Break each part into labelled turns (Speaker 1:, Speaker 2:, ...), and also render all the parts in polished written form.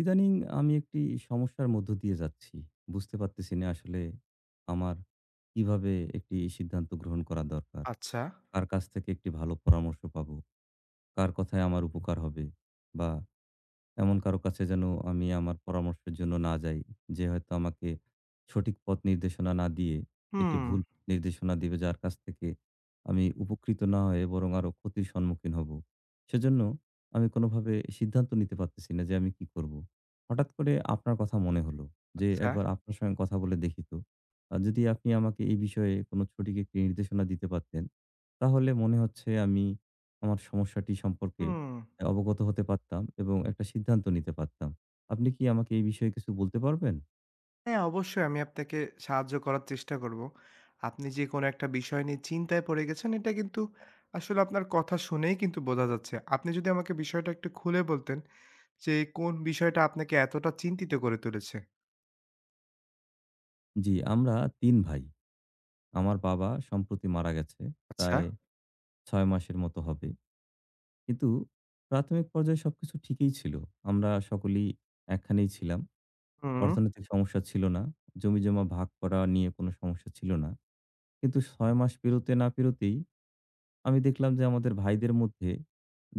Speaker 1: ইদানিং আমি একটি সমস্যার মধ্য দিয়ে যাচ্ছি। বুঝতে পারতেছি না আসলে আমার কিভাবে একটি সিদ্ধান্ত গ্রহণ করা দরকার?
Speaker 2: আচ্ছা।
Speaker 1: কার কাছ থেকে একটি ভালো পরামর্শ পাবো? কার কথায় আমার উপকার হবে? বা এমন কারো কাছে যেন আমি আমার পরামর্শের জন্য না যাই। যে হয়তো আমাকে সঠিক পথ নির্দেশনা না দিয়ে একটি
Speaker 2: হুম,
Speaker 1: ভুল নির্দেশনা দিবে, যার কাছ থেকে আমি উপকৃত না হয়ে বরং আরো ক্ষতির সম্মুখীন হব। সেজন্য আমি কোনোভাবে সিদ্ধান্ত নিতে পারতেছি না যে আমি কি করব? হঠাৎ করে আপনার কথা মনে হলো যে
Speaker 2: আচ্ছা।
Speaker 1: একবার আপনার সঙ্গে কথা বলে দেখি তো। যদি আপনি আমাকে এই বিষয়ে কোনো সঠিক একটি নির্দেশনা দিতে পারতেন, তাহলে মনে হচ্ছে আমি আমার সমস্যাটি সম্পর্কে
Speaker 2: হুম।
Speaker 1: অবগত হতে পারতাম এবং একটা সিদ্ধান্ত নিতে পারতাম। আপনি কি আমাকে এই বিষয়ে কিছু বলতে পারবেন?
Speaker 2: হ্যাঁ, অবশ্যই আমি আপনাকে সাহায্য করার চেষ্টা করব। আপনি যে কোনো একটা বিষয় নিয়ে চিন্তায় পড়ে গেছেন, এটা কিন্তু আসলে আপনার কথা শুনেই কিন্তু বোঝা যাচ্ছে। আপনি যদি আমাকে বিষয়টা একটু খুলে বলতেন যে, কোন বিষয়টা আপনাকে এতটা চিন্তিত করে তুলেছে?
Speaker 1: জি, আমরা ৩ ভাই। আমার বাবা সম্প্রতি মারা গেছে।
Speaker 2: আচ্ছা।
Speaker 1: প্রায় ৬ মাসের মতো হবে। কিন্তু প্রাথমিক পর্যায়ে সবকিছু ঠিকই ছিল। আমরা সকলেই একখানেই ছিলাম।
Speaker 2: হুম,
Speaker 1: অর্থনৈতিক সমস্যা ছিল না। জমিজমা ভাগ করা নিয়ে কোনো সমস্যা ছিল না। কিন্তু ৬ মাস পেরোতে না পেরোতেই আমি দেখলাম যে আমাদের ভাইদের মধ্যে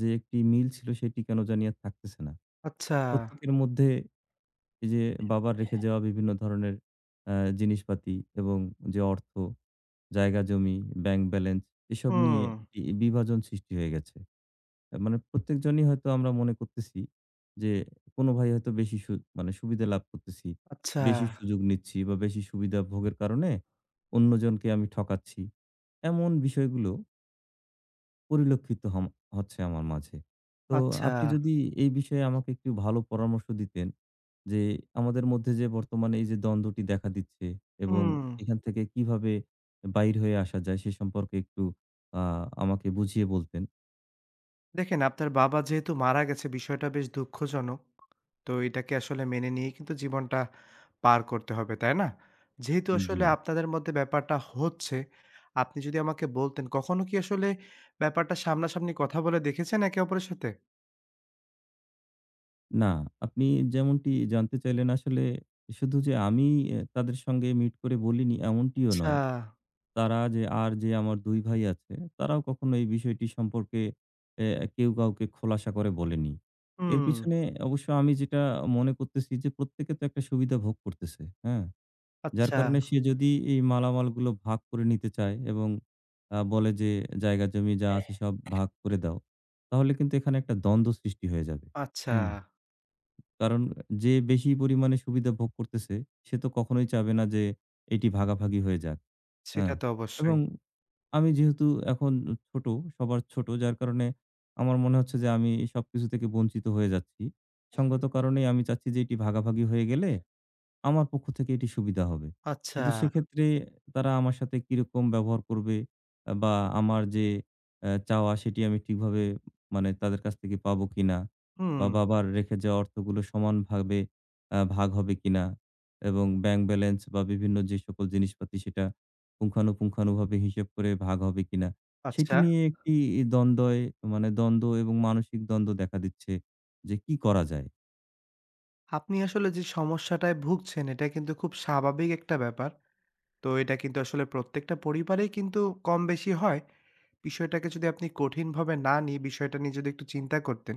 Speaker 1: যে একটি মিল ছিল সেটি কেন জানি আর থাকতেছে না।
Speaker 2: আচ্ছা।
Speaker 1: প্রত্যেকের মধ্যে এই যে বাবার রেখে যাওয়া বিভিন্ন ধরনের আ জিনিসপাতি এবং যে অর্থ, জায়গা জমি, ব্যাংক ব্যালেন্স, এসব নিয়ে
Speaker 2: হুম,
Speaker 1: একটি বিভাজন সৃষ্টি হয়ে গেছে। মানে প্রত্যেকজনই হয়তো আমরা মনে করতেছি যে কোনো ভাই হয়তো বেশি মানে সুবিধা লাভ করতেছি।
Speaker 2: আচ্ছা,
Speaker 1: বেশি সুযোগ নিচ্ছি বা বেশি সুবিধা ভোগের কারণে অন্যজনকে আমি ঠকাচ্ছি। এমন বিষয়গুলো পরিলক্ষিত হচ্ছে আমার মাঝে। তো
Speaker 2: আচ্ছা।
Speaker 1: আপনি যদি এই বিষয়ে আমাকে একটু ভালো পরামর্শ দিতেন যে, আমাদের মধ্যে যে বর্তমানে এই যে দ্বন্দ্বটি দেখা দিচ্ছে এবং
Speaker 2: হুম।
Speaker 1: এখান থেকে কিভাবে বাইর হয়ে আসা যায় সে সম্পর্কে একটু আ আমাকে বুঝিয়ে বলতেন।
Speaker 2: দেখেন, আপনার বাবা যেহেতু মারা গেছে, বিষয়টা বেশ দুঃখজনক। তো এটাকে আসলে মেনে নিয়েই কিন্তু জীবনটা পার করতে হবে, তাই না? যেহেতু
Speaker 1: জি।
Speaker 2: আসলে আপনাদের মধ্যে ব্যাপারটা হচ্ছে, আপনি যদি আমাকে বলতেন কখনো কি আসলে ব্যাপারটা সামনাসামনি কথা বলে দেখেছেন একে অপরের সাথে?
Speaker 1: না, আপনি যেমনটি জানতে চাইলেন আসলে শুধু যে আমি তাদের সঙ্গে মিট করে বলিনি এমনটিও
Speaker 2: আচ্ছা,
Speaker 1: নয়। তারা আর যে আমার ২ ভাই আছে, তারাও কখনো এই বিষয়টি সম্পর্কে এ কেউ কাউকে খোলাসা করে বলেনি। এর
Speaker 2: হুম,
Speaker 1: পিছনে অবশ্য আমি যেটা মনে করতেছি, যে প্রত্যেকে তো একটা সুবিধা ভোগ করতেছে, হ্যাঁ? যার
Speaker 2: আচ্ছা,
Speaker 1: কারণে সে যদি এই মালামালগুলো ভাগ করে নিতে চায় এবং বলে যে জায়গা জমি যা আছে সব ভাগ করে দাও, তাহলে কিন্তু এখানে একটা দ্বন্দ্ব সৃষ্টি হয়ে যাবে।
Speaker 2: আচ্ছা।
Speaker 1: হুম? কারণ যে বেশি পরিমাণে সুবিধা ভোগ করতেছে সে তো কখনোই চাবে না যে এটি ভাগাভাগি হয়ে যাক।
Speaker 2: সেটা
Speaker 1: হ্যাঁ?
Speaker 2: তো
Speaker 1: এবং
Speaker 2: অবশ্যই।
Speaker 1: আমি যেহেতু এখন ছোট, সবার ছোট, যার কারণে আমার মনে হচ্ছে যে আমি সবকিছু থেকে বঞ্চিত হয়ে যাচ্ছি। সঙ্গত কারণেই আমি চাচ্ছি যে এটি ভাগাভাগি হয়ে গেলে আমার পক্ষ থেকে এটি সুবিধা হবে।
Speaker 2: আচ্ছা,
Speaker 1: কিন্তু সেক্ষেত্রে তারা আমার সাথে কিরকম ব্যবহার করবে, বা আমার যে চাওয়া সেটি আমি ঠিকভাবে মানে তাদের কাছ থেকে পাবো কিনা? বা
Speaker 2: হুম,
Speaker 1: বাবার রেখে যাওয়া অর্থগুলো সমানভাবে ভাগ হবে কিনা? এবং ব্যাংক ব্যালেন্স বা বিভিন্ন যে সকল জিনিসপাতি সেটা পুঙ্খানুপুঙ্খানুভাবে হিসেব করে ভাগ হবে কিনা? সেটি
Speaker 2: আচ্ছা।
Speaker 1: নিয়ে একটি দ্বন্দ্বয় মানে দ্বন্দ্ব এবং মানসিক দ্বন্দ্ব দেখা দিচ্ছে যে কি করা যায়?
Speaker 2: আপনি আসলে যে সমস্যাটায় ভুগছেন এটা কিন্তু খুব স্বাভাবিক একটা ব্যাপার। তো এটা কিন্তু আসলে প্রত্যেকটা পরিবারেই কিন্তু কম বেশি হয়। বিষয়টাকে যদি আপনি কঠিনভাবে না নিয়ে বিষয়টা নিয়ে যদি একটু চিন্তা করতেন,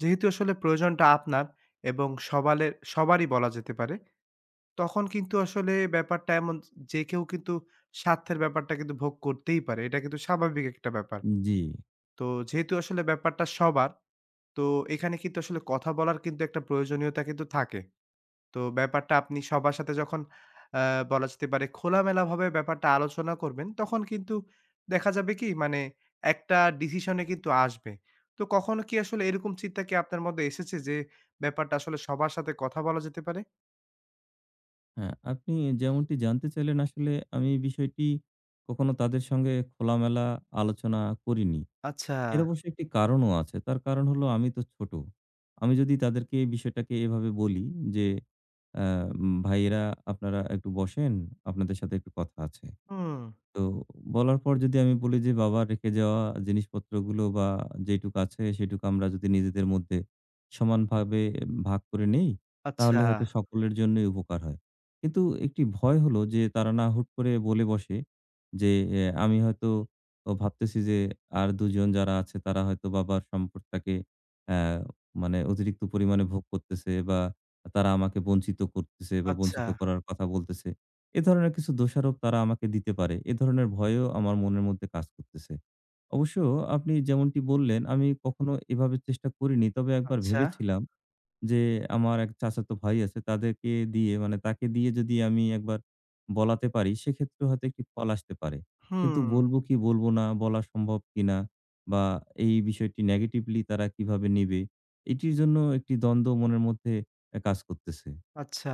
Speaker 2: যেহেতু আসলে প্রয়োজনটা আপনার এবং সবারই বলা যেতে পারে, তখন কিন্তু আসলে ব্যাপারটা এমন যে কেউ কিন্তু স্বার্থের ব্যাপারটা কিন্তু ভোগ করতেই পারে। এটা কিন্তু স্বাভাবিক একটা ব্যাপার।
Speaker 1: জি।
Speaker 2: তো যেহেতু আসলে ব্যাপারটা সবার, তো এখানে কিন্তু আসলে কথা বলার কিন্তু একটা প্রয়োজনীয়তা কিন্তু থাকে। তো ব্যাপারটা আপনি সবার সাথে যখন আ বলা যেতে পারে খোলামেলাভাবে ব্যাপারটা আলোচনা করবেন, তখন কিন্তু দেখা যাবে কি মানে একটা ডিসিশনে কিন্তু আসবে। তো কখনো কি আসলে এরকম চিন্তা কি আপনার মধ্যে এসেছে যে ব্যাপারটা আসলে সবার সাথে কথা বলা যেতে পারে?
Speaker 1: হ্যাঁ, আপনি যেমনটি জানতে চাইলেন আসলে আমি এই বিষয়টি কখনো তাদের সঙ্গে খোলামেলা আলোচনা করিনি।
Speaker 2: আচ্ছা,
Speaker 1: এর অবশ্য একটি কারণও আছে। তার কারণ হলো আমি তো ছোট। আমি যদি তাদেরকে এই বিষয়টাকে এভাবে বলি যে, "আ ভাইয়েরা, আপনারা একটু বসেন, আপনাদের সাথে একটু কথা আছে।"
Speaker 2: হুম।
Speaker 1: তো বলার পর যদি আমি বলি যে বাবা রেখে যাওয়া জিনিসপত্রগুলো বা যেটুকু আছে সেটুকু আমরা যদি নিজেদের মধ্যে সমানভাবে ভাগ করে নেই,
Speaker 2: আচ্ছা,
Speaker 1: তাহলে হয়তো সকলের জন্যই উপকার হয়। কিন্তু একটি ভয় হলো যে তারা না হুট করে বলে বসে যে, আমি হয়তো ও ভাবতেছি যে আর ২ জন যারা আছে তারা হয়তো বাবার সম্পদটাকে অ্যা মানে অতিরিক্ত পরিমাণে ভোগ করতেছে বা তারা আমাকে বঞ্চিত করতেছে বা
Speaker 2: আচ্ছা,
Speaker 1: বঞ্চিত করার কথা বলতেছে। এ ধরনের কিছু দোষারোপ তারা আমাকে দিতে পারে। এ ধরনের ভয়ও আমার মনের মধ্যে কাজ করতেছে। অবশ্য আপনি যেমনটি বললেন, আমি কখনো এভাবে চেষ্টা করিনি। তবে একবার
Speaker 2: আচ্ছা।
Speaker 1: ভেবেছিলাম যে, আমার এক চাচাতো ভাই আছে, তাদেরকে দিয়ে মানে তাকে দিয়ে যদি আমি একবার বলাতে পারি, সেক্ষেত্রে হয়তো একটি ফল আসতে পারে। কিন্তু
Speaker 2: হুম,
Speaker 1: বলব কি বলব না, বলা সম্ভব কিনা, বা এই বিষয়টি নেগেটিভলি তারা কিভাবে নিবে? এটির জন্য একটি দ্বন্দ্ব মনের মধ্যে কাজ করতেছে।
Speaker 2: আচ্ছা।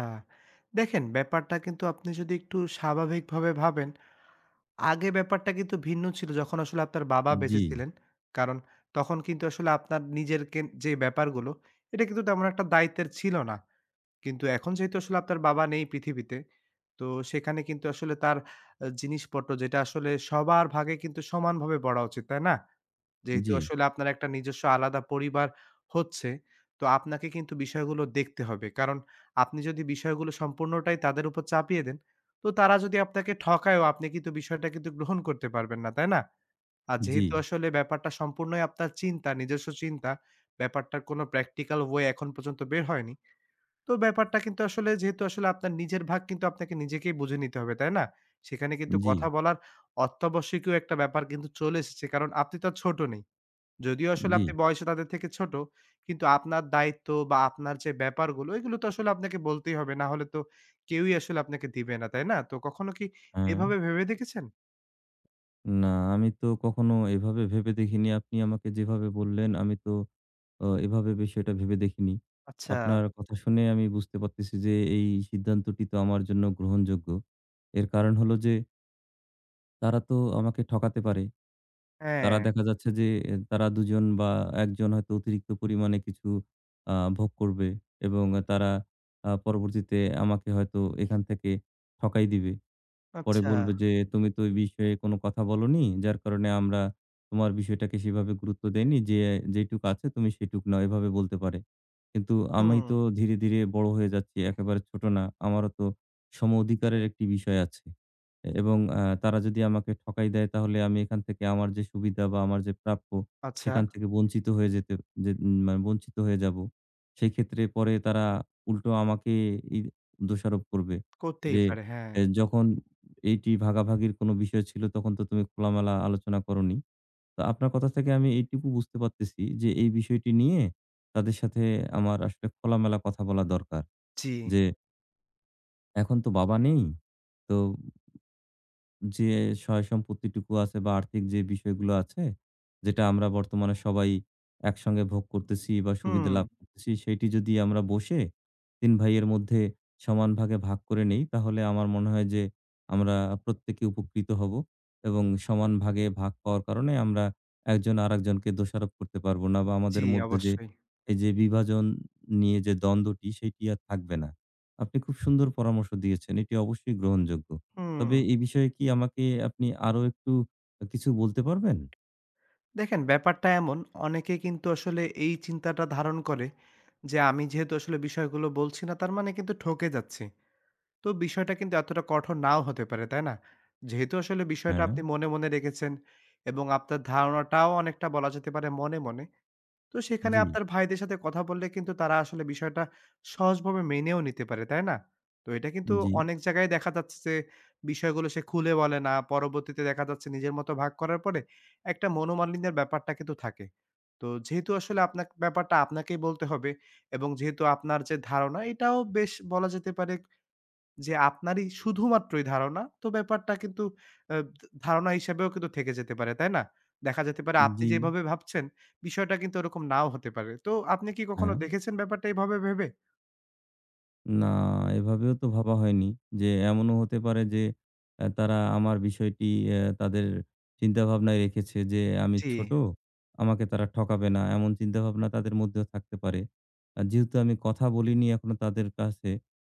Speaker 2: দেখেন ব্যাপারটা কিন্তু আপনি যদি একটু স্বাভাবিকভাবে ভাবেন আগে ব্যাপারটা কিন্তু ভিন্ন ছিল যখন আসলে আপনার বাবা
Speaker 1: জি,
Speaker 2: বেঁচে ছিলেন। কারণ তখন কিন্তু আসলে আপনার নিজের কেন যে ব্যাপারগুলো, এটা কিন্তু তেমন একটা দায়িত্বের ছিল না। কিন্তু এখন যেহেতু আসলে আপনার বাবা নেই পৃথিবীতে, তো সেখানে কিন্তু আসলে তার জিনিসপত্র যেটা আসলে সবার ভাগে কিন্তু সমানভাবে বড়া উচিত, তাই না? যেহেতু
Speaker 1: জি,
Speaker 2: আসলে আপনার একটা নিজস্ব আলাদা পরিবার হচ্ছে, তো আপনাকে কিন্তু বিষয়গুলো দেখতে হবে। কারণ আপনি যদি বিষয়গুলো সম্পূর্ণটাই তাদের উপর চাপিয়ে দেন, তো তারা যদি আপনাকে ঠকায়ও আপনি কিন্তু বিষয়টা কিন্তু গ্রহণ করতে পারবেন না, তাই না? আর
Speaker 1: জি,
Speaker 2: যেহেতু আসলে ব্যাপারটা সম্পূর্ণই আপনার চিন্তা, নিজস্ব চিন্তা, ব্যাপারটার কোনো প্র্যাকটিক্যাল ওয়ে এখন পর্যন্ত বের হয়নি। তো ব্যাপারটা কিন্তু আসলে যেহেতু আসলে আপনার নিজের ভাগ কিন্তু আপনাকে নিজেকেই বুঝে নিতে হবে, তাই না? সেখানে কিন্তু
Speaker 1: জি।
Speaker 2: কথা বলার অত্যাবশ্যকীয় একটা ব্যাপার কিন্তু চলে এসেছে। কারণ আপনি তো আর ছোট নেই। যদিও আসলে
Speaker 1: জি,
Speaker 2: আপনি বয়সে তাদের থেকে ছোট, কিন্তু আপনার দায়িত্ব বা আপনার যে ব্যাপারগুলো, এগুলো তো আসলে আপনাকে বলতেই হবে। না হলে তো কেউই আসলে আপনাকে দিবে না, তাই না? তো কখনো কি
Speaker 1: হ্যাঁ।
Speaker 2: এভাবে ভেবে দেখেছেন?
Speaker 1: না, আমি তো কখনো এভাবে ভেবে দেখিনি। আপনি আমাকে যেভাবে বললেন, আমি তো এভাবে বিষয়টা ভেবে দেখিনি।
Speaker 2: আচ্ছা।
Speaker 1: আপনার কথা শুনে আমি বুঝতে পারতেছি যে, এই সিদ্ধান্তটি তো আমার জন্য গ্রহণযোগ্য। এর কারণ হলো যে, তারা তো আমাকে ঠকাতে পারে। তারা
Speaker 2: হ্যাঁ।
Speaker 1: দেখা যাচ্ছে যে, তারা ২ জন বা ১ জন হয়তো অতিরিক্ত পরিমাণে কিছু ভোগ করবে এবং তারা পরবর্তীতে আমাকে হয়তো এখান থেকে ঠকাই দিবে। পরে
Speaker 2: আচ্ছা।
Speaker 1: বলবে যে, "তুমি তো এই বিষয়ে কোনো কথা বলোনি। যার কারণে আমরা তোমার বিষয়টাকে সেভাবে গুরুত্ব দেইনি। যেইটুক আছে তুমি সেটুক নাও।" এভাবে বলতে পারে। কিন্তু আমি
Speaker 2: হুম,
Speaker 1: তো ধীরে, ধীরে বড় হয়ে যাচ্ছি। একেবারে ছোট না। আমারও তো সম অধিকারের একটি বিষয় আছে। এ এবং আ তারা যদি আমাকে ঠকাই দেয় তাহলে আমি এখান থেকে আমার যে সুবিধা বা আমার যে প্রাপ্য,
Speaker 2: আচ্ছা।
Speaker 1: সেখান থেকে বঞ্চিত হয়ে যেতে, যে উম মানে বঞ্চিত হয়ে যাবো। সেই ক্ষেত্রে পরে তারা উল্টো আমাকে ই দোষারোপ করবে।
Speaker 2: করতেই
Speaker 1: যে
Speaker 2: পারে, হ্যাঁ।
Speaker 1: যখন এইটি ভাগাভাগির কোনো বিষয় ছিল তখন তো তুমি খোলামেলা আলোচনা করোনি। তো আপনার কথা থেকে আমি এইটুকু বুঝতে পারতেছি যে এই বিষয়টি নিয়ে তাদের সাথে আমার আসলে খোলামেলা কথা বলা দরকার।
Speaker 2: জি।
Speaker 1: যে এখন তো বাবা নেই। তো যে সম্পত্তিটুকু আছে বা আর্থিক যে বিষয়গুলো আছে, যেটা আমরা বর্তমানে সবাই একসঙ্গে ভোগ করতেছি বা সুবিধা
Speaker 2: হুম,
Speaker 1: লাভ করতেছি, সেইটি যদি আমরা বসে ৩ ভাইয়ের মধ্যে সমান ভাগে ভাগ করে নেই, তাহলে আমার মনে হয় যে আমরা প্রত্যেকে উপকৃত হব এবং সমান ভাগে ভাগ পাওয়ার কারণে আমরা একজন আরেকজনকে দোষারোপ করতে পারব না, বা
Speaker 2: জি,
Speaker 1: আমাদের মধ্যে যে
Speaker 2: অবশ্যই।
Speaker 1: এই যে বিভাজন নিয়ে যে দ্বন্দ্বটি, সেটি আর থাকবে না। আপনি খুব সুন্দর পরামর্শ দিয়েছেন। এটি অবশ্যই গ্রহণযোগ্য।
Speaker 2: হুম।
Speaker 1: তবে এই বিষয়ে কি আমাকে আপনি আরো একটু কিছু বলতে পারবেন?
Speaker 2: দেখেন ব্যাপারটা এমন, অনেকে কিন্তু আসলে এই চিন্তাটা ধারণ করে যে, আমি যেহেতু আসলে বিষয়গুলো বলছি না, তার মানে কিন্তু ঠকে যাচ্ছি। তো বিষয়টা কিন্তু এতটা কঠোর নাও হতে পারে, তাই না? যেহেতু আসলে বিষয়টা
Speaker 1: হ্যাঁ,
Speaker 2: আপনি মনে, মনে রেখেছেন এবং আপনার ধারণাটাও অনেকটা বলা যেতে পারে মনে, মনে। তো সেখানে
Speaker 1: জি,
Speaker 2: আপনার ভাইদের সাথে কথা বললে কিন্তু তারা আসলে বিষয়টা সহজভাবে মেনেও নিতে পারে, তাই না? তো এটা কিন্তু
Speaker 1: জি,
Speaker 2: অনেক জায়গায় দেখা যাচ্ছে যে বিষয়গুলো সে খুলে বলে না। পরবর্তীতে দেখা যাচ্ছে নিজের মতো ভাগ করার পরে একটা মনোমালিন্যের ব্যাপারটা কিন্তু থাকে। তো যেহেতু আসলে আপনার ব্যাপারটা আপনাকেই বলতে হবে এবং যেহেতু আপনার যে ধারণা এটাও বেশ বলা যেতে পারে যে আপনারই শুধুমাত্রই ধারণা, তো ব্যাপারটা কিন্তু আ ধারণা হিসেবেও কিন্তু থেকে যেতে পারে, তাই না? দেখা যেতে পারে আপনি
Speaker 1: জি,
Speaker 2: যেভাবে ভাবছেন, বিষয়টা কিন্তু ওরকম নাও হতে পারে। তো আপনি কি কখনো
Speaker 1: হ্যাঁ।
Speaker 2: দেখেছেন ব্যাপারটা এভাবে ভেবে?
Speaker 1: না, এভাবেও তো ভাবা হয়নি যে এমনও হতে পারে যে তারা আমার বিষয়টি তাদের চিন্তাভাবনায় রেখেছে যে আমি
Speaker 2: জি,
Speaker 1: ছোট, আমাকে তারা ঠকাবে না। এমন চিন্তাভাবনা তাদের মধ্যেও থাকতে পারে। আর যেহেতু আমি কথা বলিনি এখনো তাদের কাছে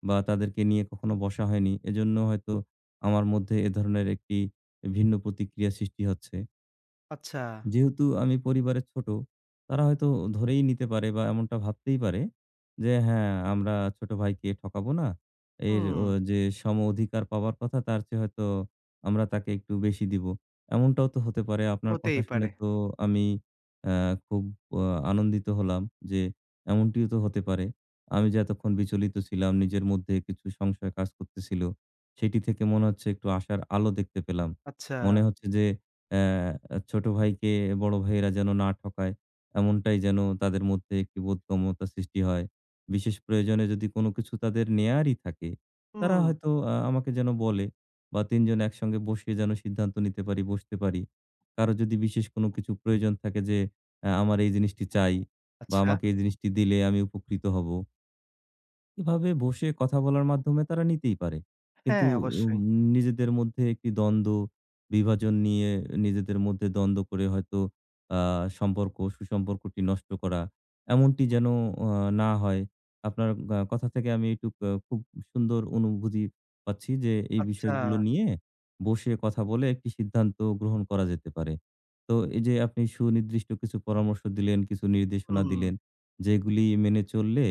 Speaker 1: বা তাদেরকে নিয়ে কখনো বসা হয়নি, এজন্য হয়তো আমার মধ্যে এ ধরনের একটি ভিন্ন প্রতিক্রিয়া সৃষ্টি হচ্ছে।
Speaker 2: আচ্ছা।
Speaker 1: যেহেতু আমি পরিবারের ছোট, তারা হয়তো ধরেই নিতে পারে বা এমনটা ভাবতেই পারে যে, হ্যাঁ, আমরা ছোট ভাইকে ঠকাবো না। এর
Speaker 2: হুম,
Speaker 1: ও যে সম অধিকার পাওয়ার কথা তার চেয়ে হয়তো আমরা তাকে একটু বেশি দিব। এমনটাও তো হতে পারে। আপনার কথা
Speaker 2: হতেই
Speaker 1: শুনে
Speaker 2: পারে।
Speaker 1: তো আমি অ্যা খুব আ আনন্দিত হলাম যে এমনটিও তো হতে পারে। আমি যে এতক্ষণ বিচলিত ছিলাম, নিজের মধ্যে কিছু সংশয় কাজ করতেছিল, সেটি থেকে মনে হচ্ছে একটু আশার আলো দেখতে পেলাম।
Speaker 2: আচ্ছা,
Speaker 1: মনে হচ্ছে যে অ্যা আ ছোট ভাইকে বড় ভাইয়েরা যেন না ঠকায়, এমনটাই যেন তাদের মধ্যে একটি বোধগম্যতা সৃষ্টি হয়। বিশেষ প্রয়োজনে যদি কোনো কিছু তাদের নেয়ারই থাকে, তারা
Speaker 2: হুম,
Speaker 1: হয়তো আমাকে যেন বলে বা ৩ জন একসঙ্গে বসে যেন সিদ্ধান্ত নিতে পারি, বসতে পারি। কারো যদি বিশেষ কোনো কিছু প্রয়োজন থাকে যে, আমার এই জিনিসটি চাই বা
Speaker 2: আচ্ছা।
Speaker 1: আমাকে এই জিনিসটি দিলে আমি উপকৃত হব, এভাবে বসে কথা বলার মাধ্যমে তারা নিতেই পারে। কিন্তু
Speaker 2: হ্যাঁ,
Speaker 1: উম
Speaker 2: অবশ্যই।
Speaker 1: নিজেদের মধ্যে একটি দ্বন্দ্ব, বিভাজন নিয়ে নিজেদের মধ্যে দ্বন্দ্ব করে হয়তো আ সম্পর্ক, সুসম্পর্কটি নষ্ট করা, এমনটি যেন আ না হয়। আপনার কথা থেকে আমি একটু খুব সুন্দর অনুভূতি পাচ্ছি যে এই
Speaker 2: আচ্ছা,
Speaker 1: বিষয়গুলো নিয়ে বসে কথা বলে একটি সিদ্ধান্ত গ্রহণ করা যেতে পারে। তো এই যে আপনি সুনির্দিষ্ট কিছু পরামর্শ দিলেন, কিছু নির্দেশনা
Speaker 2: হুম,
Speaker 1: দিলেন, যেগুলি মেনে চললে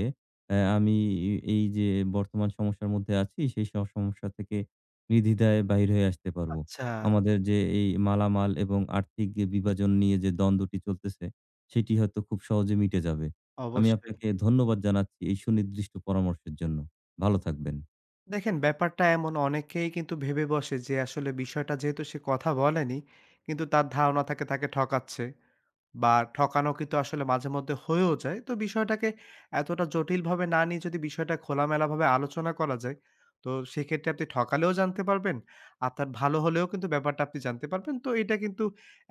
Speaker 1: আমি এই যে বর্তমান সমস্যার মধ্যে আছি, সেই সব সমস্যা থেকে নির্দ্বিধায় বাহির হয়ে আসতে পারবো।
Speaker 2: আচ্ছা,
Speaker 1: আমাদের যে এই মালামাল এবং আর্থিক যে বিভাজন নিয়ে যে দ্বন্দ্বটি চলতেছে, সেটি হয়তো খুব সহজে মিটে যাবে। আমি
Speaker 2: অবশ্যই।
Speaker 1: আপনাকে ধন্যবাদ জানাচ্ছি এই সুনির্দিষ্ট পরামর্শের জন্য। ভালো থাকবেন।
Speaker 2: দেখেন ব্যাপারটা এমন অনেকেই কিন্তু ভেবে বসে যে আসলে বিষয়টা যেহেতু সে কথা বলেনি, কিন্তু তার ধারণা থাকে তাকে ঠকাচ্ছে। বা ঠকানো কিন্তু আসলে মাঝে মধ্যে হয়েও যায়। তো বিষয়টাকে এতটা জটিলভাবে না নিয়ে যদি বিষয়টা খোলামেলাভাবে আলোচনা করা যায়, তো সেক্ষেত্রে আপনি ঠকালেও জানতে পারবেন, আপনার ভালো হলেও কিন্তু ব্যাপারটা আপনি জানতে পারবেন। তো এটা কিন্তু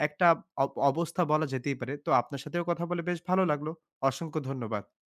Speaker 2: একটা অবস্থা বলা যেতেই পারে। তো আপনার সাথেও কথা বলে বেশ ভালো লাগলো। অসংখ্য ধন্যবাদ।